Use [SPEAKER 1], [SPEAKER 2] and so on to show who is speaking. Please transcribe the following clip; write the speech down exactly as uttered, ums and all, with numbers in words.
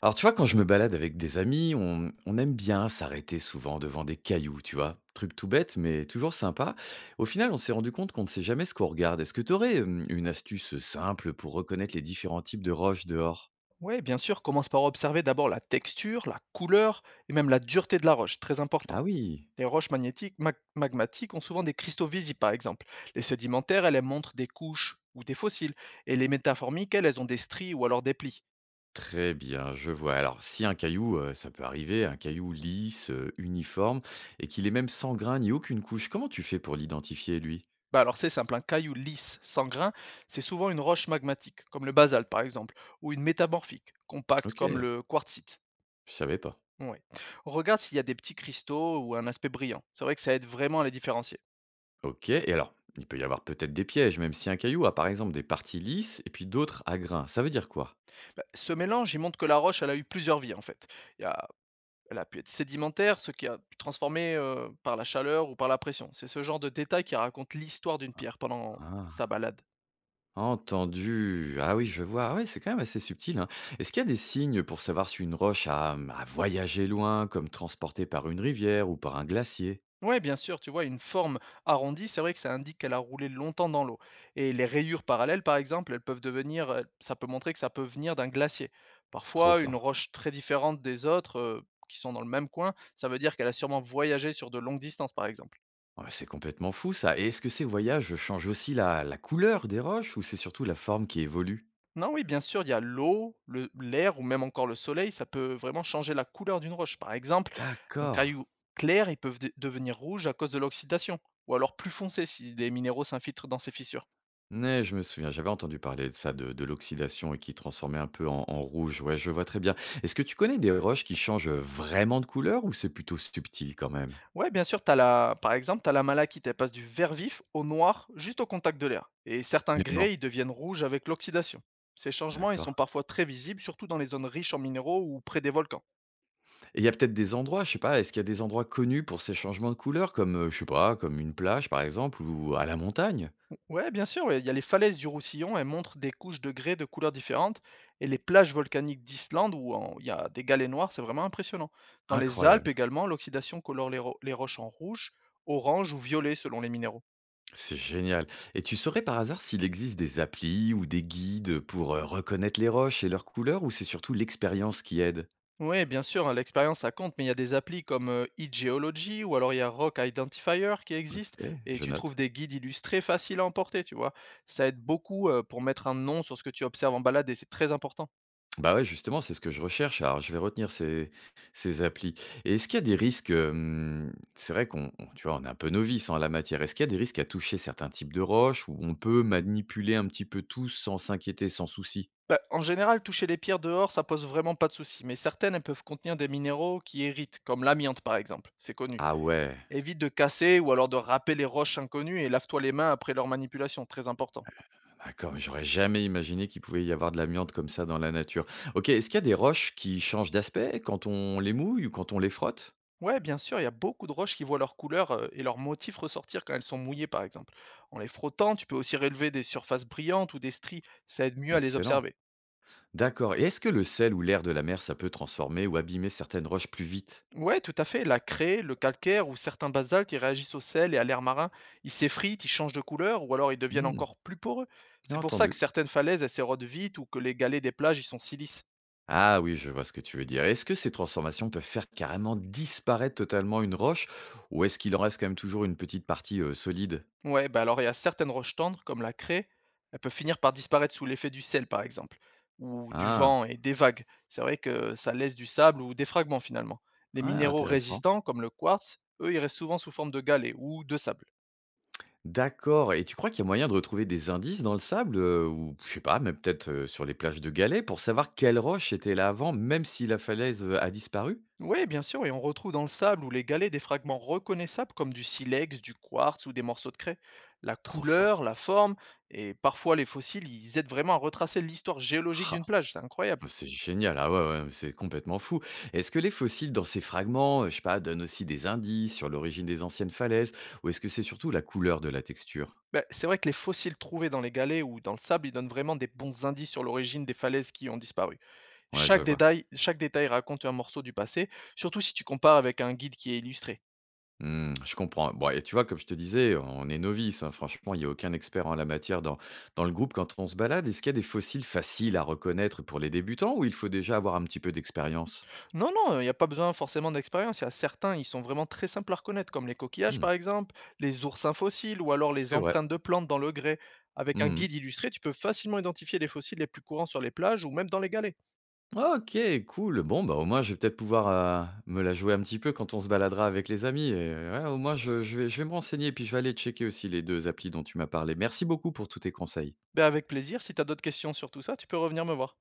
[SPEAKER 1] Alors, tu vois, quand je me balade avec des amis, on, on aime bien s'arrêter souvent devant des cailloux, tu vois. Truc tout bête, mais toujours sympa. Au final, on s'est rendu compte qu'on ne sait jamais ce qu'on regarde. Est-ce que tu aurais une astuce simple pour reconnaître les différents types de roches dehors?
[SPEAKER 2] Oui, bien sûr, commence par observer d'abord la texture, la couleur et même la dureté de la roche, très important.
[SPEAKER 1] Ah oui.
[SPEAKER 2] Les roches magnétiques, mag- magmatiques ont souvent des cristaux visibles, par exemple. Les sédimentaires, elles elles montrent des couches ou des fossiles. Et les métaformiques, elles, elles ont des stries ou alors des plis.
[SPEAKER 1] Très bien, je vois. Alors, si un caillou, euh, ça peut arriver, un caillou lisse, euh, uniforme, et qu'il est même sans grain ni aucune couche, comment tu fais pour l'identifier, lui?
[SPEAKER 2] Bah alors c'est simple, un caillou lisse, sans grain, c'est souvent une roche magmatique, comme le basalte par exemple, ou une métamorphique, compacte
[SPEAKER 1] Ok,
[SPEAKER 2] comme le quartzite.
[SPEAKER 1] je savais pas.
[SPEAKER 2] Ouais. Regarde s'il y a des petits cristaux ou un aspect brillant. C'est vrai que ça aide vraiment à les différencier.
[SPEAKER 1] OK, et alors, il peut y avoir peut-être des pièges, même si un caillou a par exemple des parties lisses et puis d'autres à grains. Ça veut dire quoi?
[SPEAKER 2] Bah, ce mélange, il montre que la roche, elle a eu plusieurs vies en fait. Il y a- Elle a pu être sédimentaire, ce qui a pu transformer euh, par la chaleur ou par la pression. C'est ce genre de détail qui raconte l'histoire d'une pierre pendant
[SPEAKER 1] Ah,
[SPEAKER 2] sa balade.
[SPEAKER 1] entendu. Ah oui, je vois. Ah ouais, c'est quand même assez subtil, hein. Est-ce qu'il y a des signes pour savoir si une roche a, mmh, a voyagé loin, comme transportée par une rivière ou par un glacier?
[SPEAKER 2] Ouais, bien sûr, tu vois, une forme arrondie, c'est vrai que ça indique qu'elle a roulé longtemps dans l'eau. Et les rayures parallèles, par exemple, elles peuvent devenir, euh, ça peut montrer que ça peut venir d'un glacier.
[SPEAKER 1] C'est trop
[SPEAKER 2] Parfois, une
[SPEAKER 1] fort.
[SPEAKER 2] roche très différente des autres, euh, qui sont dans le même coin, ça veut dire qu'elle a sûrement voyagé sur de longues distances, par exemple.
[SPEAKER 1] Ah bah, c'est complètement fou ça. Et est-ce que ces voyages changent aussi la la couleur des roches ou c'est surtout la forme qui évolue?
[SPEAKER 2] Non, oui, bien sûr, il y a l'eau, le l'air ou même encore le soleil, ça peut vraiment changer la couleur d'une roche. Par exemple, un
[SPEAKER 1] D'accord.
[SPEAKER 2] caillou clair, il peut v- devenir rouge à cause de l'oxydation, ou alors plus foncé si des minéraux s'infiltrent dans ses fissures.
[SPEAKER 1] Ouais, je me souviens, j'avais entendu parler de ça, de, de l'oxydation et qui transformait un peu en, en rouge. Ouais, je vois très bien. Est-ce que tu connais des roches qui changent euh, vraiment de couleur ou c'est plutôt subtil quand même?
[SPEAKER 2] Ouais, bien sûr, t'as la... par exemple, tu as la malachite, elle passe du vert vif au noir juste au contact de l'air. Et certains
[SPEAKER 1] Mais non.
[SPEAKER 2] grès, ils deviennent rouges avec l'oxydation. Ces changements, ils sont
[SPEAKER 1] D'accord.
[SPEAKER 2] parfois très visibles, surtout dans les zones riches en minéraux ou près des volcans.
[SPEAKER 1] Et il y a peut-être des endroits, je sais pas, est-ce qu'il y a des endroits connus pour ces changements de couleur, comme, euh, je sais pas, comme une plage par exemple ou à la montagne?
[SPEAKER 2] Ouais, bien sûr, ouais, il y a les falaises du Roussillon, elles montrent des couches de grès de couleurs différentes, et les plages volcaniques d'Islande où en- il y a des galets noirs, c'est vraiment impressionnant. Dans les
[SPEAKER 1] Incroyable,
[SPEAKER 2] Alpes également, l'oxydation colore les, ro- les roches en rouge, orange ou violet selon les minéraux.
[SPEAKER 1] c'est génial. Et tu saurais par hasard s'il existe des applis ou des guides pour euh, reconnaître les roches et leurs couleurs ou c'est surtout l'expérience qui aide?
[SPEAKER 2] Oui, bien sûr, hein, l'expérience ça compte, mais il y a des applis comme euh, eGeology ou alors il y a Rock Identifier qui existe
[SPEAKER 1] Ok,
[SPEAKER 2] et
[SPEAKER 1] je
[SPEAKER 2] tu trouves
[SPEAKER 1] note.
[SPEAKER 2] des guides illustrés faciles à emporter, tu vois. Ça aide beaucoup euh, pour mettre un nom sur ce que tu observes en balade et c'est très important.
[SPEAKER 1] Bah, ouais, justement, c'est ce que je recherche. Alors, je vais retenir ces ces applis et est-ce qu'il y a des risques, hem, c'est vrai qu'on on tu vois, on est un peu novice en la matière. Est-ce qu'il y a des risques à toucher certains types de roches où on peut manipuler un petit peu tout sans s'inquiéter, sans souci?
[SPEAKER 2] Bah, en général, toucher les pierres dehors, ça pose vraiment pas de souci, mais certaines elles peuvent contenir des minéraux qui irritent, comme l'amiante par exemple, c'est connu.
[SPEAKER 1] Ah ouais,
[SPEAKER 2] Évite de casser ou alors de râper les roches inconnues et lave-toi les mains après leur manipulation, très important.
[SPEAKER 1] d'accord, mais j'aurais jamais imaginé qu'il pouvait y avoir de l'amiante comme ça dans la nature. OK, est-ce qu'il y a des roches qui changent d'aspect quand on les mouille ou quand on les frotte?
[SPEAKER 2] Ouais, bien sûr, il y a beaucoup de roches qui voient leur couleur euh, et leur motif ressortir quand elles sont mouillées par exemple. En les frottant, tu peux aussi relever des surfaces brillantes ou des stries, ça aide mieux à les
[SPEAKER 1] Excellent,
[SPEAKER 2] observer.
[SPEAKER 1] d'accord, et est-ce que le sel ou l'air de la mer, ça peut transformer ou abîmer certaines roches plus vite?
[SPEAKER 2] Ouais, tout à fait. La craie, le calcaire ou certains basaltes, ils réagissent au sel et à l'air marin. Ils s'effritent, ils changent de couleur ou alors ils deviennent
[SPEAKER 1] Mmh,
[SPEAKER 2] encore plus poreux. C'est pour ça
[SPEAKER 1] entendu.
[SPEAKER 2] que certaines falaises, elles s'érodent vite ou que les galets des plages, ils sont si lisses.
[SPEAKER 1] Ah oui, je vois ce que tu veux dire. Est-ce que ces transformations peuvent faire carrément disparaître totalement une roche ou est-ce qu'il en reste quand même toujours une petite partie euh, solide?
[SPEAKER 2] Ouais, bah alors il y a certaines roches tendres, comme la craie, elles peuvent finir par disparaître sous l'effet du sel, par exemple, ou du
[SPEAKER 1] Ah,
[SPEAKER 2] vent et des vagues. C'est vrai que ça laisse du sable ou des fragments finalement. Les
[SPEAKER 1] ouais,
[SPEAKER 2] minéraux
[SPEAKER 1] intéressant.
[SPEAKER 2] résistants, comme le quartz, eux, ils restent souvent sous forme de galets ou de sable.
[SPEAKER 1] D'accord. Et tu crois qu'il y a moyen de retrouver des indices dans le sable euh, ou je sais pas, mais peut-être euh, sur les plages de galets pour savoir quelle roche était là avant, même si la falaise euh, a disparu?
[SPEAKER 2] Oui, bien sûr, et on retrouve dans le sable ou les galets des fragments reconnaissables comme du silex, du quartz ou des morceaux de craie. La
[SPEAKER 1] Trop
[SPEAKER 2] couleur,
[SPEAKER 1] fort.
[SPEAKER 2] la forme, et parfois les fossiles, ils aident vraiment à retracer l'histoire géologique
[SPEAKER 1] Ah.
[SPEAKER 2] d'une plage, c'est incroyable.
[SPEAKER 1] Ah, c'est génial, ah ouais, ouais, c'est complètement fou. Est-ce que les fossiles dans ces fragments, euh, je sais pas, donnent aussi des indices sur l'origine des anciennes falaises ou est-ce que c'est surtout la couleur de la texture?
[SPEAKER 2] Ben, c'est vrai que les fossiles trouvés dans les galets ou dans le sable, ils donnent vraiment des bons indices sur l'origine des falaises qui ont disparu.
[SPEAKER 1] Ouais, je
[SPEAKER 2] Chaque
[SPEAKER 1] vois.
[SPEAKER 2] détail, chaque détail raconte un morceau du passé, surtout si tu compares avec un guide qui est illustré.
[SPEAKER 1] Hmm, je comprends. Bon, et tu vois, comme je te disais, on est novice, hein, franchement, il n'y a aucun expert en la matière dans, dans le groupe quand on se balade. Est-ce qu'il y a des fossiles faciles à reconnaître pour les débutants ou il faut déjà avoir un petit peu d'expérience?
[SPEAKER 2] Non, non, il n'y a pas besoin forcément d'expérience. Il y a certains, ils sont vraiment très simples à reconnaître, comme les coquillages,
[SPEAKER 1] Hmm,
[SPEAKER 2] par exemple, les oursins fossiles ou alors les
[SPEAKER 1] c'est vrai.
[SPEAKER 2] empreintes de plantes dans le grès. Avec un
[SPEAKER 1] Mmh.
[SPEAKER 2] guide illustré, tu peux facilement identifier les fossiles les plus courants sur les plages ou même dans les galets.
[SPEAKER 1] OK, cool. Bon, bah, au moins, je vais peut-être pouvoir, heu, me la jouer un petit peu quand on se baladera avec les amis et euh, ouais, au moins je je vais je vais me renseigner et puis je vais aller checker aussi les deux applis dont tu m'as parlé. Merci beaucoup pour tous tes conseils.
[SPEAKER 2] Ben avec plaisir, si tu as d'autres questions sur tout ça, tu peux revenir me voir.